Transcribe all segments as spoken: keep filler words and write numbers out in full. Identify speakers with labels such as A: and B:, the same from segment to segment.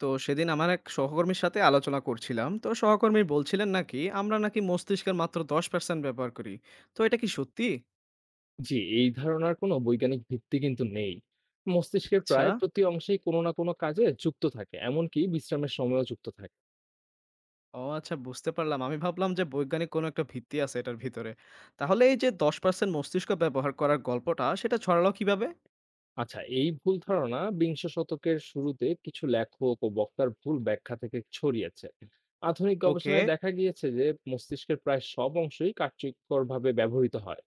A: তো সেদিন আমার এক সহকর্মীর সাথে আলোচনা করছিলাম। তো সহকর্মী বলছিলেন নাকি আমরা নাকি মস্তিষ্কের মাত্র দশ পার্সেন্ট ব্যবহার করি। তো এটা কি সত্যি?
B: জি, এই ধারণার কোনো বৈজ্ঞানিক ভিত্তি কিন্তু নেই। মস্তিষ্কের
A: আচ্ছা,
B: প্রায় প্রতি অংশেই কোনো না কোনো কাজে যুক্ত থাকে, এমনকি বিশ্রামের সময়ও যুক্ত থাকে।
A: ও আচ্ছা বুঝতে পারলাম। আমি ভাবলাম যে বৈজ্ঞানিক কোনো একটা ভিত্তি আছে এটার ভিতরে। তাহলে এই যে দশ পার্সেন্ট মস্তিষ্ক ব্যবহার করার গল্পটা সেটা ছড়ালো কিভাবে?
B: আচ্ছা, এই ভুল ধারণা বিংশ শতকের শুরুতে কিছু লেখক ও বক্তার ভুল ব্যাখ্যা থেকে ছড়িয়েছে। আধুনিক
A: ওকে,
B: গবেষণায় দেখা গিয়েছে যে মস্তিষ্কের প্রায় সব অংশই কার্যকরভাবে ব্যবহৃত হয়।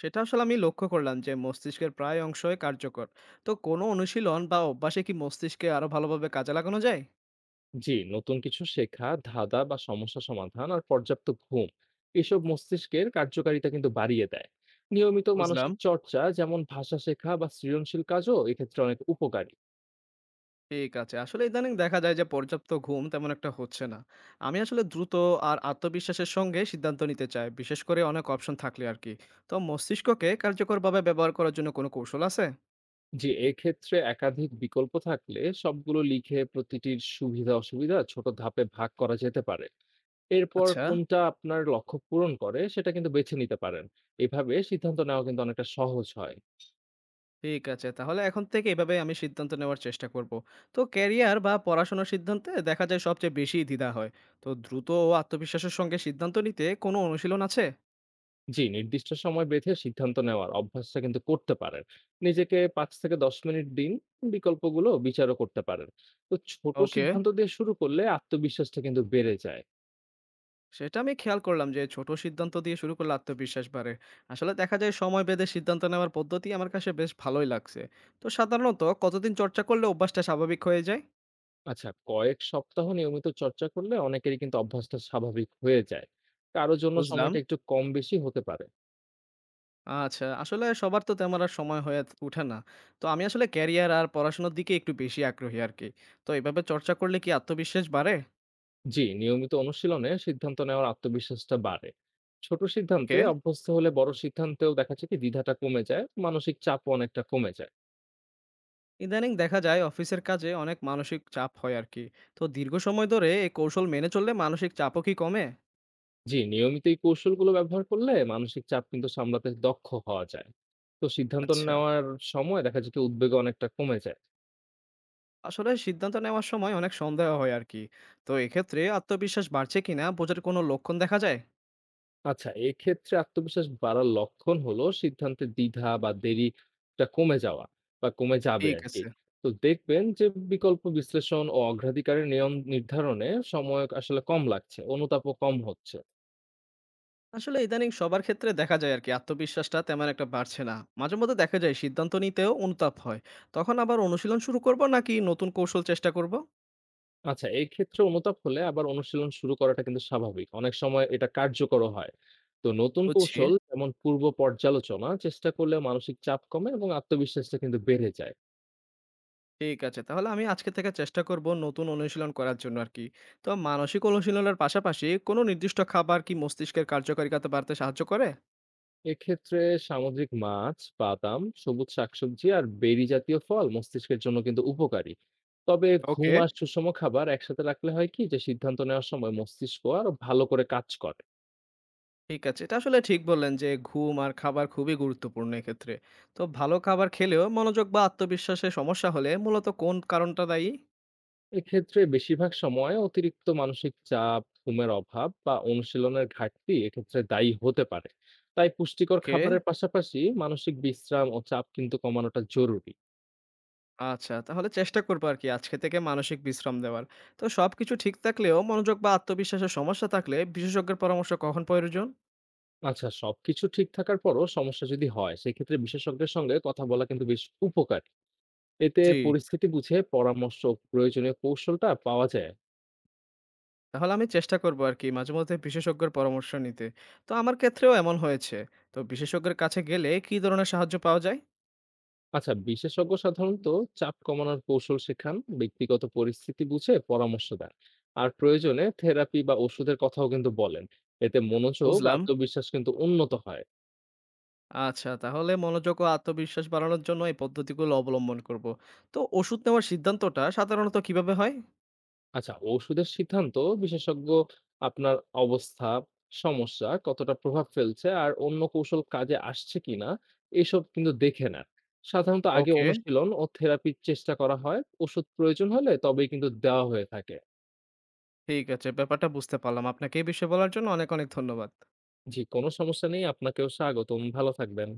A: সেটা আসলে আমি লক্ষ্য করলাম যে মস্তিষ্কের প্রায় অংশই কার্যকর। তো কোনো অনুশীলন বা অভ্যাসে কি মস্তিষ্কে আরো ভালোভাবে কাজে লাগানো যায়?
B: জি, নতুন কিছু শেখা, ধাঁধা বা সমস্যা সমাধান আর পর্যাপ্ত ঘুম, এসব মস্তিষ্কের কার্যকারিতা কিন্তু বাড়িয়ে দেয়। নিয়মিত
A: বুঝলাম।
B: মানসিক চর্চা যেমন ভাষা শেখা বা সৃজনশীল কাজও এক্ষেত্রে অনেক উপকারী।
A: ঠিক আছে। আসলে ইদানিং দেখা যায় যে পর্যাপ্ত ঘুম তেমন একটা হচ্ছে না। আমি আসলে দ্রুত আর আত্মবিশ্বাসের সঙ্গে সিদ্ধান্ত নিতে চাই, বিশেষ করে অনেক অপশন থাকলে আরকি। তো মস্তিষ্ককে কার্যকরভাবে ব্যবহার করার জন্য কোনো কৌশল আছে?
B: জি, এক্ষেত্রে একাধিক বিকল্প থাকলে সবগুলো লিখে প্রতিটির সুবিধা অসুবিধা ছোট ধাপে ভাগ করা যেতে পারে। এরপর
A: আচ্ছা,
B: কোনটা আপনার লক্ষ্য পূরণ করে সেটা কিন্তু বেছে নিতে পারেন। এভাবে সিদ্ধান্ত নেওয়া কিন্তু অনেকটা সহজ হয়।
A: ঠিক আছে। তাহলে এখন থেকে এভাবে আমি সিদ্ধান্ত নেওয়ার চেষ্টা করব। তো ক্যারিয়ার বা পড়াশোনার সিদ্ধান্তে দেখা যায় সবচেয়ে বেশি দ্বিধা হয়। তো দ্রুত ও আত্মবিশ্বাসের সঙ্গে সিদ্ধান্ত নিতে কোনো অনুশীলন আছে?
B: জি, নির্দিষ্ট সময় বেঁধে সিদ্ধান্ত নেওয়ার অভ্যাসটা কিন্তু করতে পারেন। নিজেকে পাঁচ থেকে দশ মিনিট দিন, বিকল্পগুলো বিচারও করতে পারেন। তো ছোট
A: ওকে।
B: সিদ্ধান্ত দিয়ে শুরু করলে আত্মবিশ্বাসটা কিন্তু বেড়ে যায়।
A: সেটা আমি খেয়াল করলাম যে ছোট সিদ্ধান্ত দিয়ে শুরু করলে আত্মবিশ্বাস বাড়ে। আসলে দেখা যায় সময় বেঁধে সিদ্ধান্ত নেওয়ার পদ্ধতি আমার কাছে বেশ ভালোই লাগছে। তো সাধারণত কতদিন চর্চা করলে অভ্যাসটা স্বাভাবিক হয়ে যায়?
B: আচ্ছা, কয়েক সপ্তাহ নিয়মিত চর্চা করলে অনেকেরই কিন্তু অভ্যাসটা স্বাভাবিক হয়ে যায়। কারো জন্য
A: বুঝলাম।
B: সময়টা একটু কম বেশি হতে পারে।
A: আচ্ছা, আসলে সবার তো তেমন আর সময় হয়ে ওঠে না। তো আমি আসলে ক্যারিয়ার আর পড়াশোনার দিকে একটু বেশি আগ্রহী আরকি। তো এভাবে চর্চা করলে কি আত্মবিশ্বাস বাড়ে?
B: জি, নিয়মিত অনুশীলনে সিদ্ধান্ত নেওয়ার আত্মবিশ্বাসটা বাড়ে। ছোট
A: ওকে।
B: সিদ্ধান্তে অভ্যস্ত হলে বড় সিদ্ধান্তেও দেখা যায় কি দ্বিধাটা কমে যায়, মানসিক চাপও অনেকটা কমে যায়।
A: ইদানিং দেখা যায় অফিসের কাজে অনেক মানসিক চাপ হয় আরকি। তো দীর্ঘ সময় ধরে এই কৌশল মেনে চললে মানসিক চাপও কি কমে?
B: জি, নিয়মিত এই কৌশলগুলো ব্যবহার করলে মানসিক চাপ কিন্তু সামলাতে দক্ষ হওয়া যায়। তো সিদ্ধান্ত
A: আচ্ছা।
B: নেওয়ার সময় দেখা যায় কি উদ্বেগ অনেকটা কমে যায়।
A: আসলে সিদ্ধান্ত নেওয়ার সময় অনেক সন্দেহ হয় আর কি। তো এক্ষেত্রে আত্মবিশ্বাস বাড়ছে কিনা বোঝার কোনো লক্ষণ দেখা যায়?
B: আচ্ছা, এক্ষেত্রে আত্মবিশ্বাস বাড়ার লক্ষণ হলো সিদ্ধান্তে দ্বিধা বা দেরিটা কমে যাওয়া বা কমে যাবে
A: ঠিক
B: আরকি।
A: আছে।
B: তো দেখবেন যে বিকল্প বিশ্লেষণ ও অগ্রাধিকারের নিয়ম নির্ধারণে সময় আসলে কম লাগছে, অনুতাপও কম হচ্ছে।
A: আসলে ইদানিং সবার ক্ষেত্রে দেখা যায় আরকি আত্মবিশ্বাসটা তেমন একটা বাড়ছে না। মাঝে মধ্যে দেখা যায় সিদ্ধান্ত নিতেও অনুতাপ হয়। তখন আবার অনুশীলন শুরু করব নাকি নতুন কৌশল চেষ্টা করব?
B: আচ্ছা, এই ক্ষেত্রে অনুতাপ হলে আবার অনুশীলন শুরু করাটা কিন্তু স্বাভাবিক। অনেক সময় এটা কার্যকরও হয়। তো নতুন
A: বুঝছি।
B: কৌশল যেমন পূর্ব পর্যালোচনা চেষ্টা করলে মানসিক চাপ কমে এবং আত্মবিশ্বাসটা কিন্তু বেড়ে যায়।
A: ঠিক আছে। তাহলে আমি আজকে থেকে চেষ্টা করব নতুন অনুশীলন করার জন্য আরকি। তো মানসিক অনুশীলনের পাশাপাশি কোনো নির্দিষ্ট খাবার কি মস্তিষ্কের কার্যকারিতা বাড়তে সাহায্য করে?
B: এক্ষেত্রে সামুদ্রিক মাছ, বাদাম, সবুজ শাকসবজি আর বেরি জাতীয় ফল মস্তিষ্কের জন্য কিন্তু উপকারী। তবে
A: ওকে।
B: ঘুম আর সুষম খাবার একসাথে রাখলে হয় কি যে সিদ্ধান্ত নেওয়ার সময় মস্তিষ্ক আরো ভালো করে কাজ করে।
A: ঠিক আছে। এটা আসলে ঠিক বললেন যে ঘুম আর খাবার খুবই গুরুত্বপূর্ণ এক্ষেত্রে। তো ভালো খাবার খেলেও মনোযোগ বা আত্মবিশ্বাসে সমস্যা হলে মূলত কোন কারণটা দায়ী?
B: এক্ষেত্রে বেশিরভাগ সময় অতিরিক্ত মানসিক চাপ, ঘুমের অভাব বা অনুশীলনের ঘাটতি এক্ষেত্রে দায়ী হতে পারে। তাই পুষ্টিকর
A: ওকে,
B: খাবারের পাশাপাশি মানসিক বিশ্রাম ও চাপ কিন্তু কমানোটা জরুরি।
A: আচ্ছা তাহলে চেষ্টা করবো আরকি আজকে থেকে মানসিক বিশ্রাম দেওয়ার। তো সবকিছু ঠিক থাকলেও মনোযোগ বা আত্মবিশ্বাসের সমস্যা থাকলে বিশেষজ্ঞের পরামর্শ কখন প্রয়োজন?
B: আচ্ছা, সবকিছু ঠিক থাকার পরও সমস্যা যদি হয়, সেক্ষেত্রে বিশেষজ্ঞের সঙ্গে কথা বলা কিন্তু বেশ উপকারী। এতে
A: জি,
B: পরিস্থিতি বুঝে পরামর্শ ও প্রয়োজনীয় কৌশলটা পাওয়া যায়।
A: তাহলে আমি চেষ্টা করবো আরকি মাঝেমধ্যে বিশেষজ্ঞের পরামর্শ নিতে। তো আমার ক্ষেত্রেও এমন হয়েছে। তো বিশেষজ্ঞের কাছে গেলে কী ধরনের সাহায্য পাওয়া যায়?
B: আচ্ছা, বিশেষজ্ঞ সাধারণত চাপ কমানোর কৌশল শেখান, ব্যক্তিগত পরিস্থিতি বুঝে পরামর্শ দেন, আর প্রয়োজনে থেরাপি বা ওষুধের কথাও কিন্তু বলেন। এতে মনোযোগ,
A: বুঝলাম।
B: আত্মবিশ্বাস কিন্তু উন্নত হয়।
A: আচ্ছা, তাহলে মনোযোগ ও আত্মবিশ্বাস বাড়ানোর জন্য এই পদ্ধতিগুলো অবলম্বন করব। তো ওষুধ নেওয়ার সিদ্ধান্তটা সাধারণত কিভাবে হয়?
B: আচ্ছা, ওষুধের সিদ্ধান্ত বিশেষজ্ঞ আপনার অবস্থা, সমস্যা কতটা প্রভাব ফেলছে আর অন্য কৌশল কাজে আসছে কিনা, এসব কিন্তু দেখে নেন। সাধারণত আগে
A: ওকে,
B: অনুশীলন ও থেরাপির চেষ্টা করা হয়, ওষুধ প্রয়োজন হলে তবেই কিন্তু দেওয়া হয়ে থাকে।
A: ঠিক আছে। ব্যাপারটা বুঝতে পারলাম। আপনাকে এই বিষয়ে বলার জন্য অনেক, অনেক ধন্যবাদ।
B: জি, কোনো সমস্যা নেই। আপনাকেও স্বাগতম। ভালো থাকবেন।